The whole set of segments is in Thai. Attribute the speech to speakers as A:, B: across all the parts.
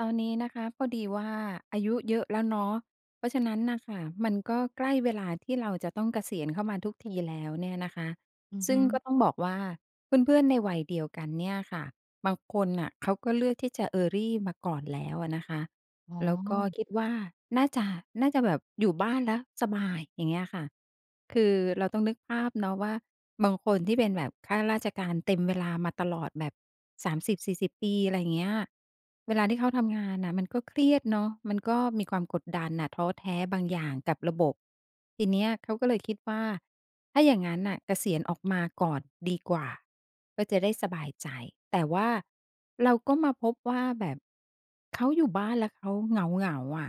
A: ตอนนี้นะคะพอดีว่าอายุเยอะแล้วเนาะเพราะฉะนั้นน่ะค่ะมันก็ใกล้เวลาที่เราจะต้องเกษียณเข้ามาทุกทีแล้วเนี่ยนะคะ
B: อือ
A: ซึ่ง
B: ฮึ
A: ก็ต้องบอกว่าเพื่อนๆในวัยเดียวกันเนี่ยค่ะบางคนน่ะเขาก็เลือกที่จะ early มาก่อนแล้วอะนะคะ
B: อ๋อ
A: แล้วก็คิดว่าน่าจะน่าจะแบบอยู่บ้านแล้วสบายอย่างเงี้ยค่ะคือเราต้องนึกภาพเนาะว่าบางคนที่เป็นแบบข้าราชการเต็มเวลามาตลอดแบบ30-40ปีอะไรอย่างเงี้ยเวลาที่เขาทำงานน่ะมันก็เครียดเนาะมันก็มีความกดดันน่ะท้อแท้บางอย่างกับระบบทีเนี้ยเขาก็เลยคิดว่า ถ้าอย่างงั้นน่ะเกษียณออกมาก่อนดีกว่าก็จะได้สบายใจ แต่ว่าเราก็มาพบว่าแบบ เขาอยู่บ้านแล้วเขาเหงาเหงาอะ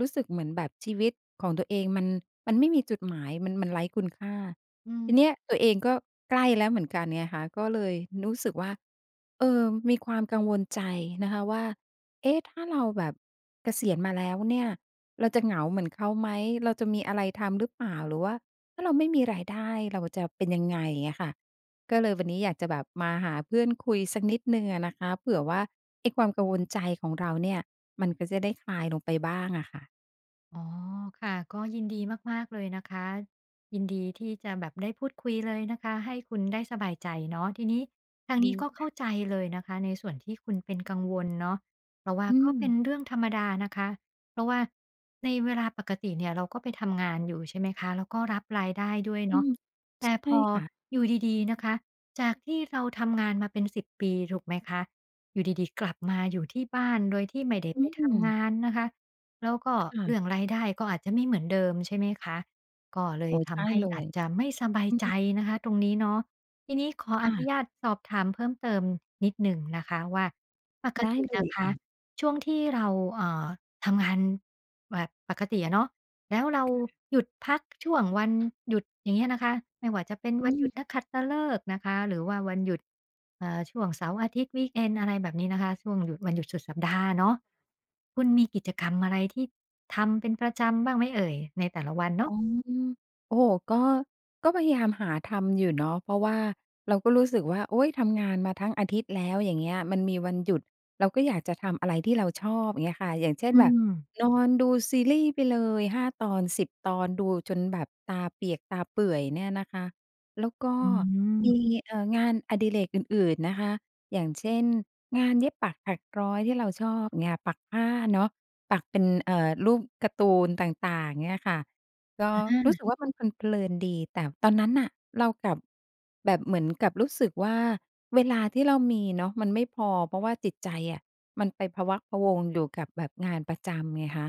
A: รู้สึกเหมือนแบบชีวิตของตัวเองมันไม่มีจุดหมายมันไร้คุณค่า
B: อืม
A: ทีเนี้ยตัวเองก็ใกล้แล้วเหมือนกันไงคะก็เลยรู้สึกว่าเออมีความกังวลใจนะคะว่าเอ๊ะถ้าเราแบบเกษียณมาแล้วเนี่ยเราจะเหงาเหมือนเขาไหมเราจะมีอะไรทำหรือเปล่าหรือว่าถ้าเราไม่มีรายได้เราจะเป็นยังไงอะค่ะ ก็เลยวันนี้อยากจะแบบมาหาเพื่อนคุยสักนิดหนึ่งอะนะคะเผื่อว่าไอ้ความกังวลใจของเราเนี่ยมันก็จะได้คลายลงไปบ้างอะค่ะ
B: อ๋อค่ะก็ยินดีมากๆเลยนะคะยินดีที่จะแบบได้พูดคุยเลยนะคะให้คุณได้สบายใจเนาะทีนี้ทางนี้
A: ดี
B: ก็เข้า
A: ค่ะ
B: ใจเลยนะคะในส่วนที่คุณเป็นกังวลเนาะเพราะว่า
A: อื
B: ก็
A: ม
B: เป็นเรื่องธรรมดานะคะเพราะว่าในเวลาปกติเนี่ยเราก็ไปทำงานอยู่ใช่ไหมคะแล้วก็รับรายได้ด้วย
A: อื
B: เนาะ
A: ม
B: แต่พ
A: ใช่
B: อ
A: ค่ะ
B: อยู่ดีๆนะคะจากที่เราทำงานมาเป็น10ปีถูกไหมคะอยู่ดีๆกลับมาอยู่ที่บ้านโดยที่ไม่ได้
A: อื
B: ไป
A: ม
B: ทำงานนะคะ แล้วก็เรื่อง
A: ค่ะ
B: รายได้ก็อาจจะไม่เหมือนเดิมใช่ไหมคะก็เลย
A: โอ้ใช่
B: ทำให้
A: เล
B: อา
A: ย
B: จจะไม่สบาย
A: อื
B: ใจ
A: ม
B: นะคะตรงนี้เนาะทีนี้ขออนุญา
A: ค่ะ
B: ตสอบถามเพิ่มเติมนิดหนึ่งนะคะว่าปก
A: ได้
B: ติ
A: เล
B: นะ
A: ย
B: คะ
A: ค่ะ
B: ช่วงที่เราเอ่อทำงานแบบปกติอะเนาะแล้วเราหยุดพักช่วงวันหยุดอย่างเงี้ยนะคะไม่ว่าจะเป็นวั
A: อื
B: นหยุด
A: ม
B: นักขัตฤกษ์นะคะหรือว่าวันหยุด ช่วงเสาร์อาทิตย์วีกเอนด์อะไรแบบนี้นะคะช่วงหยุดวันหยุดสุดสัปดาห์เนาะคุณมีกิจกรรมอะไรที่ทำเป็นประจำบ้างไหมเอ่ยในแต่ละวันเนาะ
A: อ๋อโอ้โฮก็ก็พยายามหาทำอยู่เนาะเพราะว่าเราก็รู้สึกว่าโอ๊ยทำงานมาทั้งอาทิตย์แล้วอย่างเงี้ยมันมีวันหยุดเราก็อยากจะทำอะไรที่เราชอบอย่างเงี้ยค่ะอย่างเช่น
B: อื
A: แบบนอนดูซีรีส์ไปเลยห้าตอนสิบตอนดูจนแบบตาเปียกตาเปื่อยเนี่ยนะคะแล้วก็
B: ม
A: มีงานอดิเรกอื่นๆนะคะอย่างเช่นงานเย็บปักถักร้อยที่เราชอบเงี้ยปักผ้าเนาะปักเป็นรูปการ์ตูนต่างๆเงี้ยค่ะ ก็
B: อืม
A: รู้
B: อา
A: สึกว่ามันเพลินๆดีแต่ตอนนั้นน่ะเรากลับแบบเหมือนกับรู้สึกว่าเวลาที่เรามีเนาะมันไม่พอเพราะว่าจิตใจอะมันไปพะวักพะวงอยู่กับแบบงานประจำไงคะ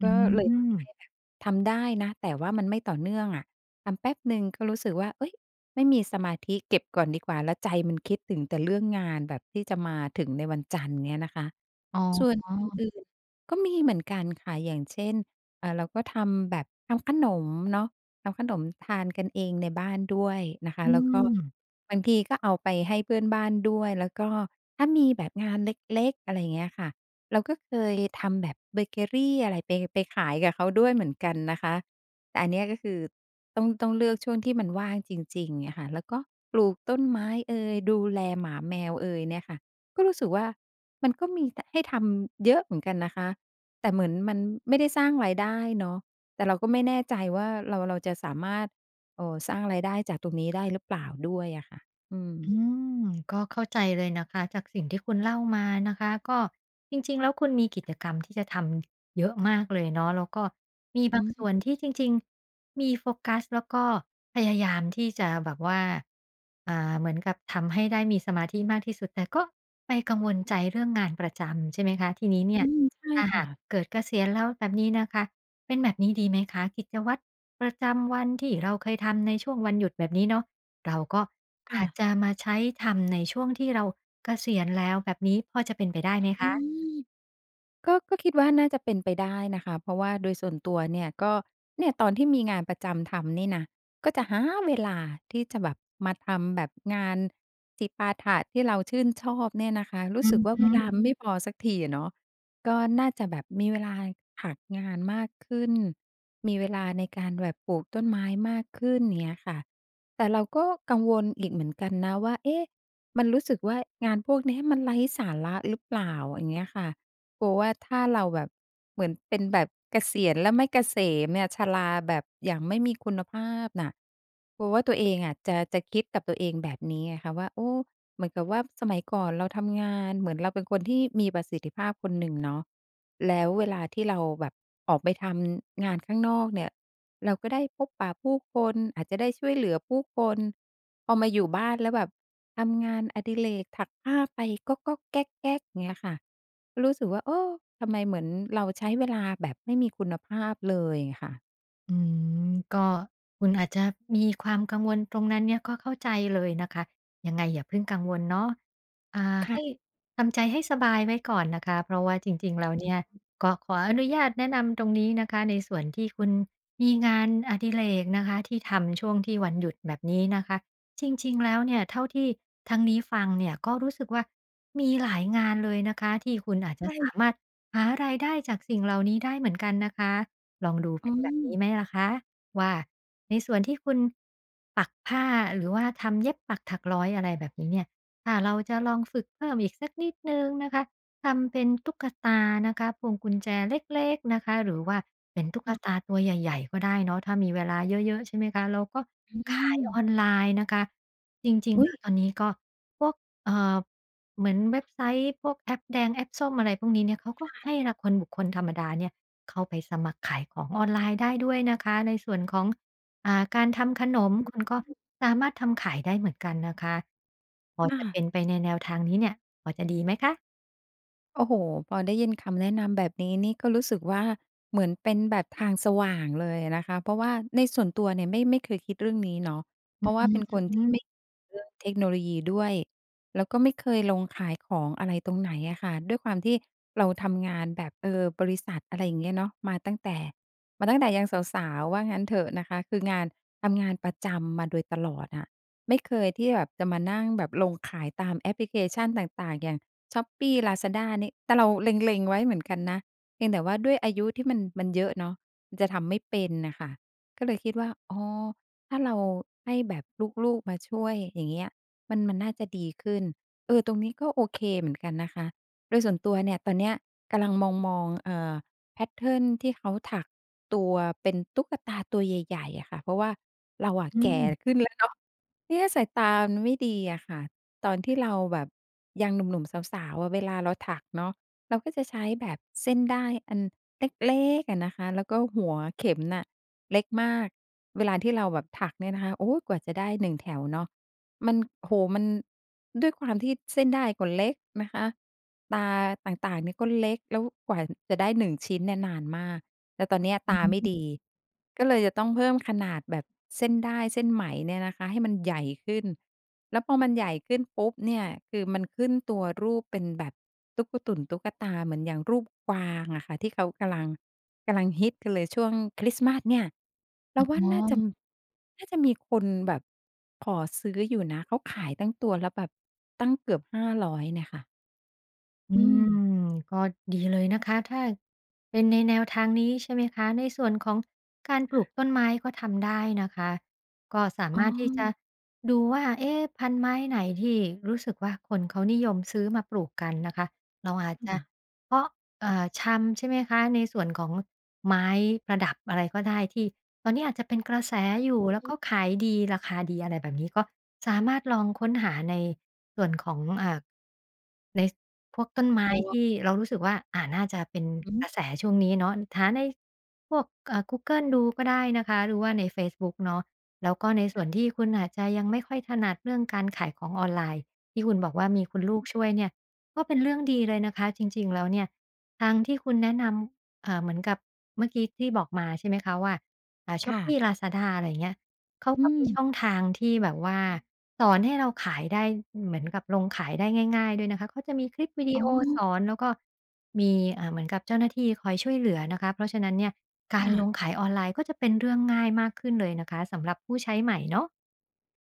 B: อื
A: ก็เลย
B: ม
A: ทำให้แบบทำได้นะแต่ว่ามันไม่ต่อเนื่องอะทำแป๊บหนึ่งก็รู้สึกว่าเฮ้ยไม่มีสมาธิเก็บก่อนดีกว่าแล้วใจมันคิดถึงแต่เรื่องงานแบบที่จะมาถึงในวันจันทร์เงี้ยนะคะ
B: อ๋
A: ส่ว
B: อ
A: นอื่นๆก็มีเหมือนกันค่ะอย่างเช่นอ่าเราก็ทำแบบทำขนมเนาะทำขนมทานกันเองในบ้านด้วยนะคะ
B: อื
A: แล้วก็
B: ม
A: บางทีก็เอาไปให้เพื่อนบ้านด้วยแล้วก็ถ้ามีแบบงานเล็กๆอะไรอย่างเงี้ยค่ะเราก็เคยทำแบบเบเกอรีอะไรไปไปขายกับเขาด้วยเหมือนกันนะคะแต่อันเนี้ยก็คือต้องเลือกช่วงที่มันว่างจริงๆอะค่ะแล้วก็ปลูกต้นไม้เอยดูแลหมาแมวเอยเนี่ยค่ะก็รู้สึกว่า มันก็มีทให้ทำเยอะเหมือนกันนะคะแต่เหมือนมันไม่ได้สร้างรายได้เนาะแต่เราก็ไม่แน่ใจว่าเราจะสามารถสร้างรายได้จากตรงนี้ได้หรือเปล่าด้วยอะค่ะอืม
B: อืมก็เข้าใจเลยนะคะจากสิ่งที่คุณเล่ามานะคะก็จริงๆแล้วคุณมีกิจกรรมที่จะทำเยอะมากเลยเนาะแล้วก็มีบา
A: อื
B: งส่
A: ม
B: วนที่จริงๆมีโฟกัสแล้วก็พยายามที่จะแบบว่าเหมือนกับทำให้ได้มีสมาธิมากที่สุดแต่ก็ไปกังวลใจเรื่องงานประจำใช่ไหมคะทีนี้เนี่ย
A: อืมใช่
B: ถ้าหา
A: ค่ะ
B: กเกิดเกษียณแล้วแบบนี้นะคะเป็นแบบนี้ดีไหมคะกิจวัตรประจำวันที่เราเคยทำในช่วงวันหยุดแบบนี้เนาะ เราก็อา
A: ค่ะ
B: จจะมาใช้ทำในช่วงที่เราเกษียณแล้วแบบนี้พอจะเป็นไปได้ไหม
A: อื
B: คะ
A: ม ก็คิดว่าน่าจะเป็นไปได้นะคะเพราะว่าโดยส่วนตัวเนี่ยก็เนี่ยตอนที่มีงานประจำทำนี่นะก็จะหาเวลาที่จะแบบมาทำแบบงานจิปาถะที่เราชื่นชอบเนี่ยนะคะรู้
B: อื
A: สึ
B: อ
A: กว่า
B: ฮึ
A: เวลาไม่พอสักทีอะเนาะก็น่าจะแบบมีเวลาหักงานมากขึ้นมีเวลาในการแบบปลูกต้นไม้มากขึ้นเงี้ยค่ะแต่เราก็กังวลอีกเหมือนกันนะว่าเอ๊ะมันรู้สึกว่างานพวกเนี้ยมันไร้สาระหรือเปล่าอย่างเงี้ยค่ะ กลัวว่าถ้าเราแบบเหมือนเป็นแบบเกษียณแล้วไม่เกษมเนี่ยชราแบบอย่างไม่มีคุณภาพน่ะกลัวว่าตัวเองอะจะคิดกับตัวเองแบบนี้ไงคะว่าโอ้เหมือนกับว่าสมัยก่อนเราทำงานเหมือนเราเป็นคนที่มีประสิทธิภาพคนหนึ่งเนาะแล้วเวลาที่เราแบบออกไปทำงานข้างนอกเนี่ยเราก็ได้พบปะผู้คนอาจจะได้ช่วยเหลือผู้คนพอมาอยู่บ้านแล้วแบบทำงานอดิเรกถักผ้าไปก๊อกๆแก๊กๆเงี้ยค่ะ รู้สึกว่าเออทำไมเหมือนเราใช้เวลาแบบไม่มีคุณภาพเลยค่ะ
B: อืมก็คุณอาจจะมีความกังวลตรงนั้นเนี่ยก็เข้าใจเลยนะคะยังไงอย่าเพิ่งกังวลเนาะอ่าให้
A: ค่ะ
B: ทำใจให้สบายไว้ก่อนนะคะเพราะว่าจริงๆแล้วเนี่ยก็ขออนุญาตแนะนำตรงนี้นะคะในส่วนที่คุณมีงานอดิเรกนะคะที่ทำช่วงที่วันหยุดแบบนี้นะคะจริงๆแล้วเนี่ยเท่าที่ทางนี้ฟังเนี่ยก็รู้สึกว่ามีหลายงานเลยนะคะที่คุณอาจจะสา
A: ใช่
B: มารถหารายได้จากสิ่งเหล่านี้ได้เหมือนกันนะคะ ลองดู
A: อ๋
B: เป็
A: อ
B: นแบบนี้ไหมล่ะคะว่าในส่วนที่คุณปักผ้าหรือว่าทำเย็บปักถักร้อยอะไรแบบนี้เนี่ยถ้าเราจะลองฝึกเพิ่มอีกสักนิดนึงนะคะทำเป็นตุ๊กตานะคะพวงกุญแจเล็กๆนะคะหรือว่าเป็นตุ๊กตา
A: ค่ะ
B: ตัวใหญ่ๆก็ได้เนาะถ้ามีเวลาเยอะๆใช่ไหมคะเราก็
A: อื
B: ขาย
A: ม
B: ออนไลน์นะคะจริงๆ
A: อุ๊ย
B: แล้วตอนนี้ก็พวกเอ่อเหมือนเว็บไซต์พวกแอปแดงแอปส้มอะไรพวกนี้เนี่ยเขาก็ให้ราบุคคลธรรมดาเนี่ย เข้าไปสมัครขายของออนไลน์ได้ด้วยนะคะในส่วนของการทำขนมคุณก็สามารถทำขายได้เหมือนกันนะคะพอ
A: ค่ะ
B: จะเป็นไปในแนวทางนี้เนี่ยพอจะดีไหมคะ
A: โอ้โฮพอได้ยินคำแนะนำแบบนี้นี่ก็รู้สึกว่าเหมือนเป็นแบบทางสว่างเลยอะนะคะเพราะว่าในส่วนตัวเนี่ยไม่เคยคิดเรื่องนี้เนาะเพราะว่าเป็นคน
B: อื
A: ที่ไม่เรื่องเทคโนโลยีด้วย แล้วก็ไม่เคยลงขายของอะไรตรงไหนอะค่ะด้วยความที่เราทำงานแบบเออบริษัทอะไรอย่างเงี้ยเนาะมาตั้งแต่ยังสาวๆว่างั้นเถอะนะคะคืองานทำงานประจำมาโดยตลอดอะไม่เคยที่แบบจะมานั่งแบบลงขายตามแอปพลิเคชันต่างๆอย่าง Shopee Lazada นี่แต่เราเล็งๆไว้เหมือนกันนะเพียงแต่ว่าด้วยอายุที่มันเยอะเนาะมันจะทำไม่เป็นน่ะค่ะก็เลยคิดว่าอ๋อถ้าเราให้แบบลูกๆมาช่วยอย่างเงี้ยมันน่าจะดีขึ้นเออตรงนี้ก็โอเคเหมือนกันนะคะ โดยส่วนตัวเนี่ยตอนเนี้ยกำลังมองๆแพตเทิร์นที่เขาถักตัวเป็นตุ๊กตาตัวใหญ่ๆอะค่ะ เพราะว่าเราอะ
B: อฮึอื
A: แก่
B: ม
A: ขึ้นแล้วเนาะเนี่ยสายตามันไม่ดีอะค่ะ ตอนที่เราแบบยังหนุ่มๆสาวๆอะเวลาเราถักเนาะเราก็จะใช้แบบเส้นด้ายอันเล็กๆอะนะคะแล้วก็หัวเข็มน่ะเล็กมากเวลาที่เราแบบถักเนี่ยนะคะโอ๊ยกว่าจะได้หนึ่งแถวเนาะมันโอ้โฮมันด้วยความที่เส้นด้ายก็เล็กนะคะตาต่างๆเนี่ยก็เล็กแล้วกว่าจะได้หนึ่งชิ้นเนี่ยนานมากแต่ตอนเนี้ยตาไม่ดีก็เลยจะต้องเพิ่มขนาดแบบเส้นด้ายเส้นไหมเนี่ยนะคะให้มันใหญ่ขึ้น แล้วพอมันใหญ่ขึ้นปุ๊บเนี่ยคือมันขึ้นตัวรูปเป็นแบบตุ๊กตุ่นตุ๊กตาเหมือนอย่างรูปกวางอะค่ะที่เขากำลังฮิตกันเลยช่วงคริสต์มาสเนี่ย
B: อ
A: เราว่า
B: ๋อ
A: น่าจะมีคนแบบขอซื้ออยู่นะเขาขายตั้งตัวละแบบตั้งเกือบ500เนี่ยค่ะ
B: อื
A: อืม
B: มก็ดีเลยนะคะถ้าเป็นในแนวทางนี้ใช่ไหมคะในส่วนของการปลูกต้นไม้ก็ทำได้นะคะก็สา
A: อ๋อ
B: มารถที่จะดูว่าเอ๊ะพันธุ์ไม้ไหนที่รู้สึกว่าคนเขานิยมซื้อมาปลูกกันนะคะเราอาจจะ
A: ค่ะ
B: เพาะชำใช่ไหมคะในส่วนของไม้ประดับอะไรก็ได้ที่ตอนนี้อาจจะเป็นกระแสอยู่แล้ว
A: อื
B: ก็
A: ม
B: ขายดีราคาดีอะไรแบบนี้ก็สามารถลองค้นหาในส่วนของใน พวกต้นไม้
A: ตัว
B: ที่เรารู้สึกว่าน่าจะเป็น
A: อือ
B: ก
A: ฮึ
B: ระแสช่วงนี้เนาะหาในพวกกูเกิลดูก็ได้นะคะหรือว่าในเฟซบุ๊กเนาะแล้วก็ในส่วนที่คุณอาจจะยังไม่ค่อยถนัดเรื่องการขายของออนไลน์ที่คุณบอกว่ามีคุณลูกช่วยเนี่ยก็เป็นเรื่องดีเลยนะคะจริงๆแล้วเนี่ยทางที่คุณแนะนำเหมือนกับเมื่อกี้ที่บอกมาใช่ไหมคะว่า
A: ค่ะ
B: Shopee Lazada อะไรอย่างเงี้ย เขาก็
A: อื
B: มี
A: ม
B: ช่องทางที่แบบว่าสอนให้เราขายได้เหมือนกับลงขายได้ง่ายๆด้วยนะคะเขาจะมีคลิปวิดี
A: อ๋อ
B: โอสอนแล้วก็มีเหมือนกับเจ้าหน้าที่คอยช่วยเหลือนะคะเพราะฉะนั้นเนี่ยการ
A: ค่ะ
B: ลงขายออนไลน์ก็จะเป็นเรื่องง่ายมากขึ้นเลยนะคะสำหรับผู้ใช้ใหม่เนาะ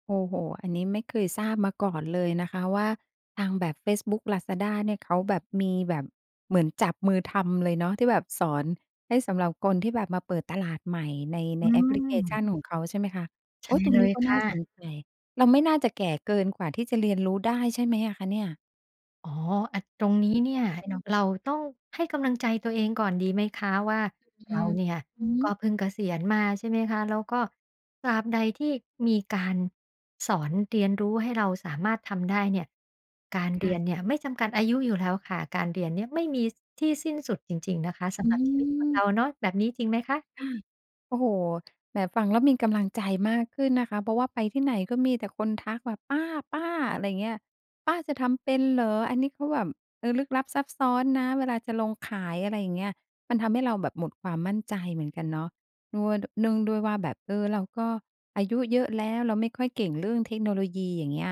A: โอ้โฮอันนี้ไม่เคยทราบมาก่อนเลยนะคะว่าทางแบบเฟซบุ๊ก Lazada เนี่ยเขาแบบมีแบบเหมือนจับมือทำเลยเนาะที่แบบสอนให้สำหรับคนที่แบบมาเปิดตลาดใหม่ใน
B: อื
A: ในแอปพลิเคชัน
B: ม
A: ของเขาใช่ไหมคะ
B: ใช่
A: โอ๊ยตรง
B: เล
A: นี้
B: ย
A: ก็น่า
B: ค่ะ
A: สนใจเราไม่น่าจะแก่เกินกว่าที่จะเรียนรู้ได้ใช่ไหมอะคะเนี่ย
B: อ๋ออะตรงนี้เนี่ย
A: ใช่ไหมเนาะ
B: เราต้องให้กำลังใจตัวเองก่อนดีไหมคะว่า
A: อื
B: เรา
A: ม
B: เนี่ย
A: อือฮึ
B: ก็เพิ่งเกษียณมาใช่ไหมคะแล้วก็ตราบใดที่มีการสอนเรียนรู้ให้เราสามารถทำได้เนี่ยการเรียน
A: ค่ะ
B: เนี่ยไม่จำกัดอายุอยู่แล้วค่ะการเรียนเนี่ยไม่มีที่สิ้นสุดจริงๆนะคะสำ
A: อื
B: หรับชีวิตคนเรา
A: ม
B: เนาะแบบนี้จริงไหมคะ
A: ค่ะโอ้โฮแหมฟังแล้วมีกำลังใจมากขึ้นนะคะ เพราะว่าไปที่ไหนก็มีแต่คนทักแบบป้าป้าอะไรเงี้ยป้าจะทำเป็นเหรออันนี้เขาแบบเออลึกลับซับซ้อนนะเวลาจะลงขายอะไรอย่างเงี้ยมันทำให้เราแบบหมดความมั่นใจเหมือนกันเนาะด้วยเนื่องด้วยว่าแบบเออเราก็อายุเยอะแล้วเราไม่ค่อยเก่งเรื่องเทคโนโลยีอย่างเงี้ย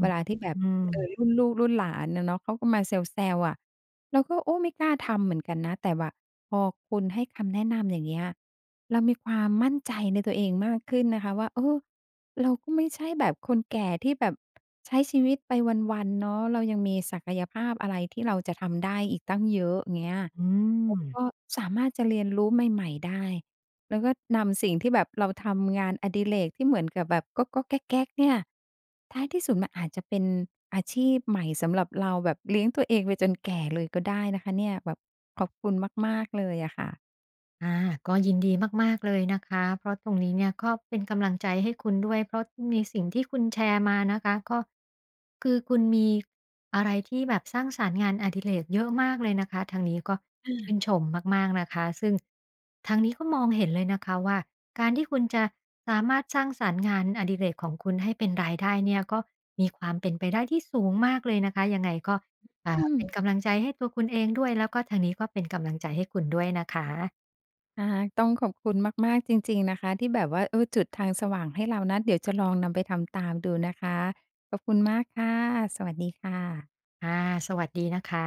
A: เว
B: ื
A: ลา
B: ม
A: ที่แบบเออรุ่นลูกรุ่นหลานอะเนาะเขาก็มาแซวๆอะ เราก็โอ้ไม่กล้าทำเหมือนกันนะแต่ว่าพอคุณให้คำแนะนำอย่างเงี้ยเรามีความมั่นใจในตัวเองมากขึ้นนะคะว่าเออเราก็ไม่ใช่แบบคนแก่ที่แบบใช้ชีวิตไปวันๆเนาะเรายังมีศักยภาพอะไรที่เราจะทำได้อีกตั้งเยอะเงี้ย
B: อื
A: แล้วก็
B: ม
A: สามารถจะเรียนรู้ใหม่ๆได้ แล้วก็นำสิ่งที่แบบเราทำงานอดิเรกที่เหมือนกับแบบก๊อกๆแก๊กๆเนี่ยท้ายที่สุดมันอาจจะเป็นอาชีพใหม่สำหรับเราแบบเลี้ยงตัวเองไปจนแก่เลยก็ได้นะคะเนี่ยแบบขอบคุณมากๆเลยอะค่ะ
B: อาก็ยินดีมากๆเลยนะคะเพราะตรงนี้เนี่ยก็เป็นกำลังใจให้คุณด้วยเพราะมีสิ่งที่คุณแชร์มานะคะก็คือคุณมีอะไรที่แบบสร้างสรรค์งานอดิเรกเยอะมากเลยนะคะทางนี้ก็ชื่นชมมากๆนะคะซึ่งทางนี้ก็มองเห็นเลยนะคะว่าการที่คุณจะสามารถสร้างสรรค์งานอดิเรกของคุณให้เป็นรายได้เนี่ยก็มีความเป็นไปได้ที่สูงมากเลยนะคะยังไงก็
A: อืม
B: เป็นกำลังใจให้ตัวคุณเองด้วยแล้วก็ทางนี้ก็เป็นกำลังใจให้คุณด้วยนะคะ
A: ค่ะต้องขอบคุณมากๆจริงๆนะคะที่แบบว่าเออจุดทางสว่างให้เรานะเดี๋ยวจะลองนำไปทำตามดูนะคะขอบคุณมากค่ะสวัสดีค่ะ
B: ค่ะสวัสดีนะคะ